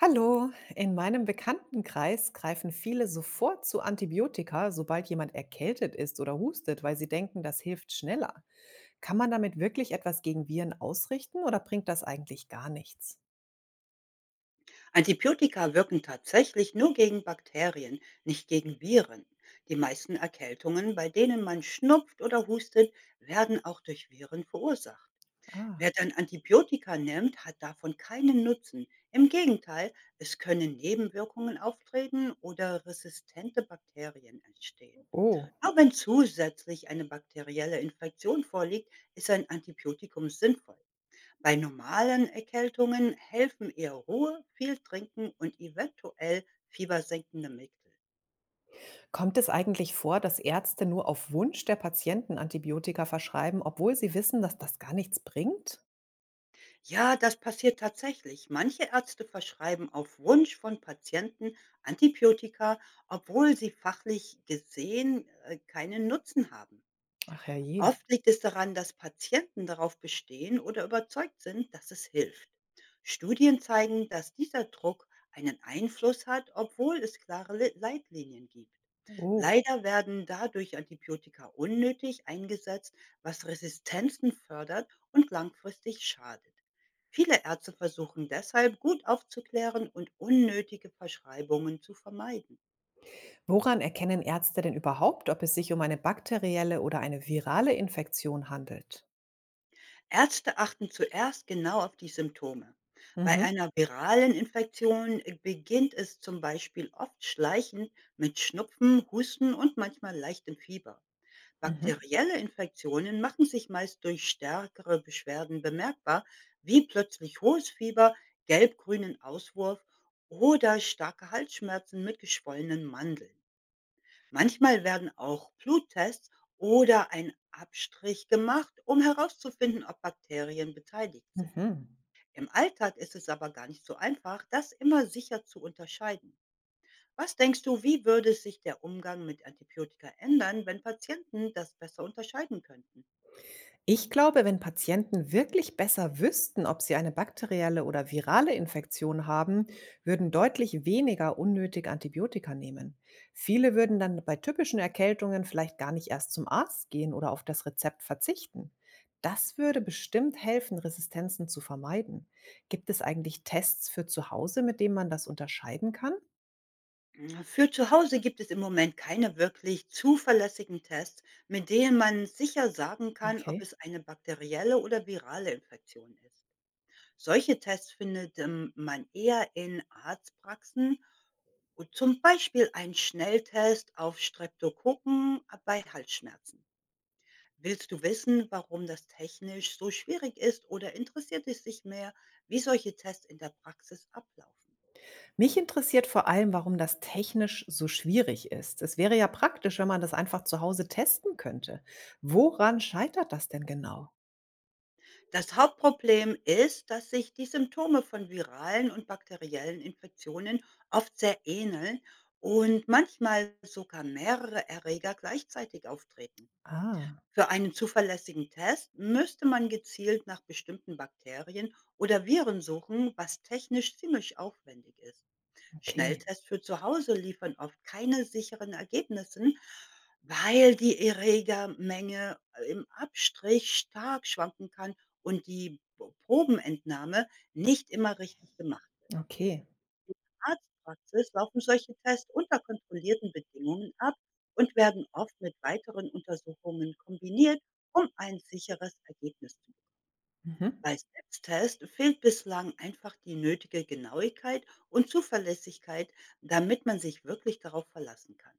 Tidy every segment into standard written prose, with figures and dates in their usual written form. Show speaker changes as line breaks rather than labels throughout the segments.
Hallo, in meinem Bekanntenkreis greifen viele sofort zu Antibiotika, sobald jemand erkältet ist oder hustet, weil sie denken, das hilft schneller. Kann man damit wirklich etwas gegen Viren ausrichten oder bringt das eigentlich gar nichts?
Antibiotika wirken tatsächlich nur gegen Bakterien, nicht gegen Viren. Die meisten Erkältungen, bei denen man schnupft oder hustet, werden auch durch Viren verursacht.
Ah,
Wer dann Antibiotika nimmt, hat davon keinen Nutzen. Im Gegenteil, es können Nebenwirkungen auftreten oder resistente Bakterien entstehen.
oh.
Auch wenn zusätzlich eine bakterielle Infektion vorliegt, ist ein Antibiotikum sinnvoll. Bei normalen Erkältungen helfen eher Ruhe, viel trinken und eventuell fiebersenkende Mittel.
Kommt es eigentlich vor, dass Ärzte nur auf Wunsch der Patienten Antibiotika verschreiben, obwohl sie wissen, dass das gar nichts bringt?
Ja, das passiert tatsächlich. Manche Ärzte verschreiben auf Wunsch von Patienten Antibiotika, obwohl sie fachlich gesehen keinen Nutzen haben.
Ach herrje.
Oft liegt es daran, dass Patienten darauf bestehen oder überzeugt sind, dass es hilft. Studien zeigen, dass dieser Druck einen Einfluss hat, obwohl es klare Leitlinien gibt.
Oh.
Leider werden dadurch Antibiotika unnötig eingesetzt, was Resistenzen fördert und langfristig schadet. Viele Ärzte versuchen deshalb gut aufzuklären und unnötige Verschreibungen zu vermeiden.
Woran erkennen Ärzte denn überhaupt, ob es sich um eine bakterielle oder eine virale Infektion handelt?
Ärzte achten zuerst genau auf die Symptome. Bei
Mhm.
einer viralen Infektion beginnt es zum Beispiel oft schleichend mit Schnupfen, Husten und manchmal leichtem Fieber.
Mhm,
Bakterielle Infektionen machen sich meist durch stärkere Beschwerden bemerkbar, wie plötzlich hohes Fieber, gelbgrünen Auswurf oder starke Halsschmerzen mit geschwollenen Mandeln. Manchmal werden auch Bluttests oder ein Abstrich gemacht, um herauszufinden, ob Bakterien beteiligt sind.
mhm.
Im Alltag ist es aber gar nicht so einfach, das immer sicher zu unterscheiden. Was denkst du, wie würde sich der Umgang mit Antibiotika ändern, wenn Patienten das besser unterscheiden könnten?
Ich glaube, wenn Patienten wirklich besser wüssten, ob sie eine bakterielle oder virale Infektion haben, würden deutlich weniger unnötig Antibiotika nehmen. Viele würden dann bei typischen Erkältungen vielleicht gar nicht erst zum Arzt gehen oder auf das Rezept verzichten. Das würde bestimmt helfen, Resistenzen zu vermeiden. Gibt es eigentlich Tests für zu Hause, mit denen man das unterscheiden kann?
Für zu Hause gibt es im Moment keine wirklich zuverlässigen Tests, mit denen man sicher sagen kann, ob
Okay.
es eine bakterielle oder virale Infektion ist. Solche Tests findet man eher in Arztpraxen und zum Beispiel einen Schnelltest auf Streptokokken bei Halsschmerzen. Willst du wissen, warum das technisch so schwierig ist, oder interessiert es dich mehr, wie solche Tests in der Praxis ablaufen?
Mich interessiert vor allem, warum das technisch so schwierig ist. Es wäre ja praktisch, wenn man das einfach zu Hause testen könnte. Woran scheitert das denn genau?
Das Hauptproblem ist, dass sich die Symptome von viralen und bakteriellen Infektionen oft sehr ähneln und manchmal sogar mehrere Erreger gleichzeitig auftreten.
Ah,
Für einen zuverlässigen Test müsste man gezielt nach bestimmten Bakterien oder Viren suchen, was technisch ziemlich aufwendig ist.
okay,
Schnelltests für zu Hause liefern oft keine sicheren Ergebnisse, weil die Erregermenge im Abstrich stark schwanken kann und die Probenentnahme nicht immer richtig gemacht
okay.
Arztpraxis laufen solche Tests unter kontrollierten Bedingungen ab und werden oft mit weiteren Untersuchungen kombiniert, um ein sicheres Ergebnis zu bekommen.
Mhm.
Bei Selbsttests fehlt bislang einfach die nötige Genauigkeit und Zuverlässigkeit, damit man sich wirklich darauf verlassen kann.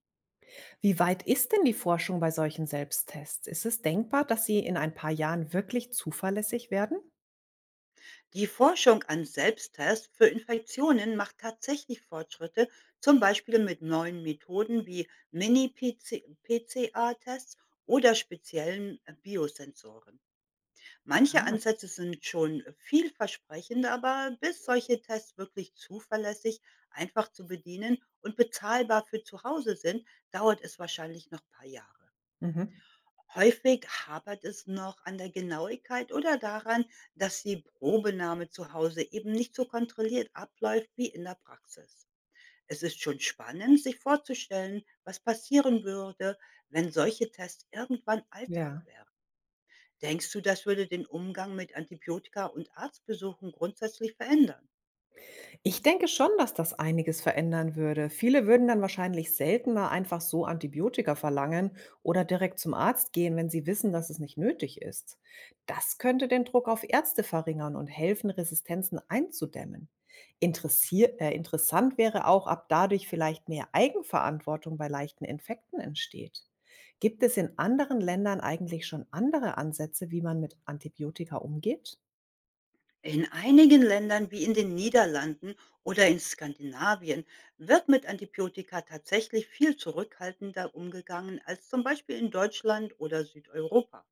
Wie weit ist denn die Forschung bei solchen Selbsttests? Ist es denkbar, dass sie in ein paar Jahren wirklich zuverlässig werden?
Die Forschung an Selbsttests für Infektionen macht tatsächlich Fortschritte, zum Beispiel mit neuen Methoden wie Mini-PCR-Tests oder speziellen Biosensoren. Manche
Ah,
Ansätze sind schon vielversprechend, aber bis solche Tests wirklich zuverlässig, einfach zu bedienen und bezahlbar für zu Hause sind, dauert es wahrscheinlich noch ein paar Jahre.
mhm.
Häufig hapert es noch an der Genauigkeit oder daran, dass die Probenahme zu Hause eben nicht so kontrolliert abläuft wie in der Praxis. Es ist schon spannend, sich vorzustellen, was passieren würde, wenn solche Tests irgendwann Alltag
Ja.
wären. Denkst du, das würde den Umgang mit Antibiotika und Arztbesuchen grundsätzlich verändern?
Ich denke schon, dass das einiges verändern würde. Viele würden dann wahrscheinlich seltener einfach so Antibiotika verlangen oder direkt zum Arzt gehen, wenn sie wissen, dass es nicht nötig ist. Das könnte den Druck auf Ärzte verringern und helfen, Resistenzen einzudämmen. Interessier Interessant wäre auch, ob dadurch vielleicht mehr Eigenverantwortung bei leichten Infekten entsteht. Gibt es in anderen Ländern eigentlich schon andere Ansätze, wie man mit Antibiotika umgeht?
In einigen Ländern wie in den Niederlanden oder in Skandinavien wird mit Antibiotika tatsächlich viel zurückhaltender umgegangen als zum Beispiel in Deutschland oder Südeuropa.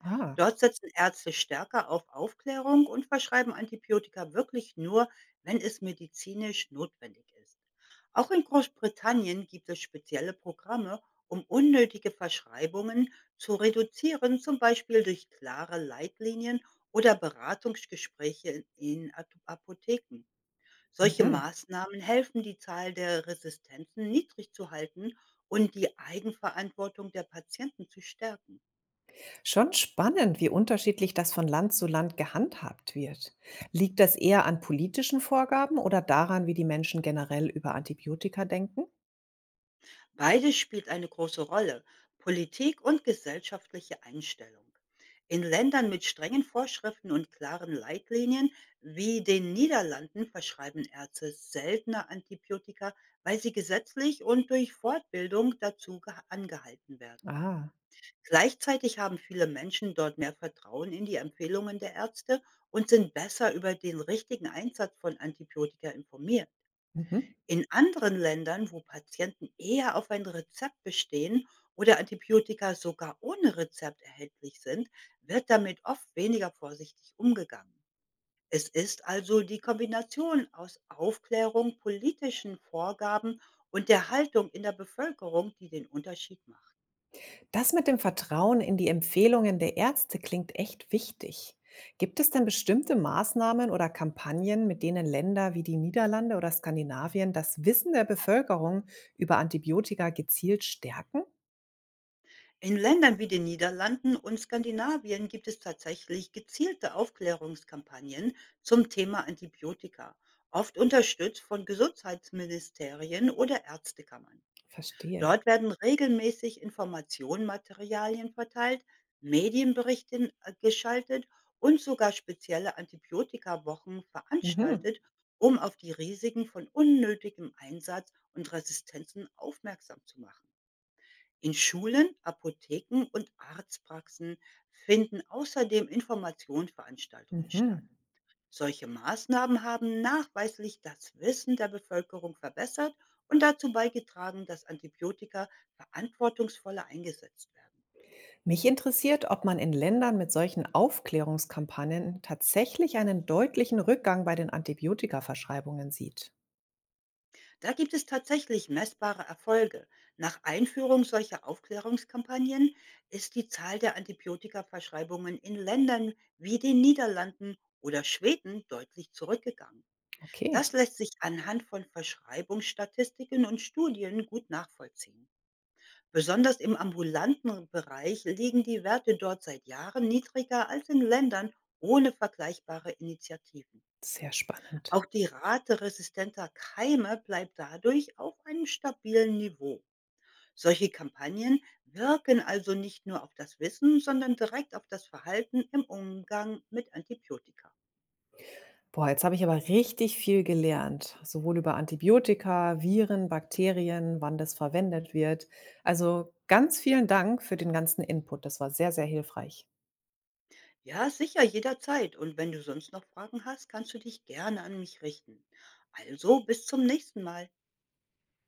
Ah,
Dort setzen Ärzte stärker auf Aufklärung und verschreiben Antibiotika wirklich nur, wenn es medizinisch notwendig ist. Auch in Großbritannien gibt es spezielle Programme, um unnötige Verschreibungen zu reduzieren, zum Beispiel durch klare Leitlinien oder Beratungsgespräche in Apotheken. Solche
mhm.
Maßnahmen helfen, die Zahl der Resistenzen niedrig zu halten und die Eigenverantwortung der Patienten zu stärken.
Schon spannend, wie unterschiedlich das von Land zu Land gehandhabt wird. Liegt das eher an politischen Vorgaben oder daran, wie die Menschen generell über Antibiotika denken?
Beides spielt eine große Rolle, Politik und gesellschaftliche Einstellung. In Ländern mit strengen Vorschriften und klaren Leitlinien wie den Niederlanden verschreiben Ärzte seltener Antibiotika, weil sie gesetzlich und durch Fortbildung dazu angehalten werden.
Ah,
Gleichzeitig haben viele Menschen dort mehr Vertrauen in die Empfehlungen der Ärzte und sind besser über den richtigen Einsatz von Antibiotika informiert.
mhm.
In anderen Ländern, wo Patienten eher auf ein Rezept bestehen oder Antibiotika sogar ohne Rezept erhältlich sind, wird damit oft weniger vorsichtig umgegangen. Es ist also die Kombination aus Aufklärung, politischen Vorgaben und der Haltung in der Bevölkerung, die den Unterschied macht.
Das mit dem Vertrauen in die Empfehlungen der Ärzte klingt echt wichtig. Gibt es denn bestimmte Maßnahmen oder Kampagnen, mit denen Länder wie die Niederlande oder Skandinavien das Wissen der Bevölkerung über Antibiotika gezielt stärken?
In Ländern wie den Niederlanden und Skandinavien gibt es tatsächlich gezielte Aufklärungskampagnen zum Thema Antibiotika, oft unterstützt von Gesundheitsministerien oder Ärztekammern.
Verstehe.
Dort werden regelmäßig Informationsmaterialien verteilt, Medienberichte geschaltet und sogar spezielle Antibiotikawochen
Mhm.
veranstaltet, um auf die Risiken von unnötigem Einsatz und Resistenzen aufmerksam zu machen. In Schulen, Apotheken und Arztpraxen finden außerdem Informationsveranstaltungen statt.
Mhm.
Solche Maßnahmen haben nachweislich das Wissen der Bevölkerung verbessert und dazu beigetragen, dass Antibiotika verantwortungsvoller eingesetzt werden.
Mich interessiert, ob man in Ländern mit solchen Aufklärungskampagnen tatsächlich einen deutlichen Rückgang bei den Antibiotikaverschreibungen sieht.
Da gibt es tatsächlich messbare Erfolge. Nach Einführung solcher Aufklärungskampagnen ist die Zahl der Antibiotikaverschreibungen in Ländern wie den Niederlanden oder Schweden deutlich zurückgegangen.
Okay,
Das lässt sich anhand von Verschreibungsstatistiken und Studien gut nachvollziehen. Besonders im ambulanten Bereich liegen die Werte dort seit Jahren niedriger als in Ländern ohne vergleichbare Initiativen.
sehr spannend.
Auch die Rate resistenter Keime bleibt dadurch auf einem stabilen Niveau. Solche Kampagnen wirken also nicht nur auf das Wissen, sondern direkt auf das Verhalten im Umgang mit Antibiotika.
Boah, jetzt habe ich aber richtig viel gelernt, sowohl über Antibiotika, Viren, Bakterien, wann das verwendet wird. Also ganz vielen Dank für den ganzen Input. Das war sehr, sehr hilfreich.
Ja, sicher, jederzeit. Und wenn du sonst noch Fragen hast, kannst du dich gerne an mich richten. Also, bis zum nächsten Mal.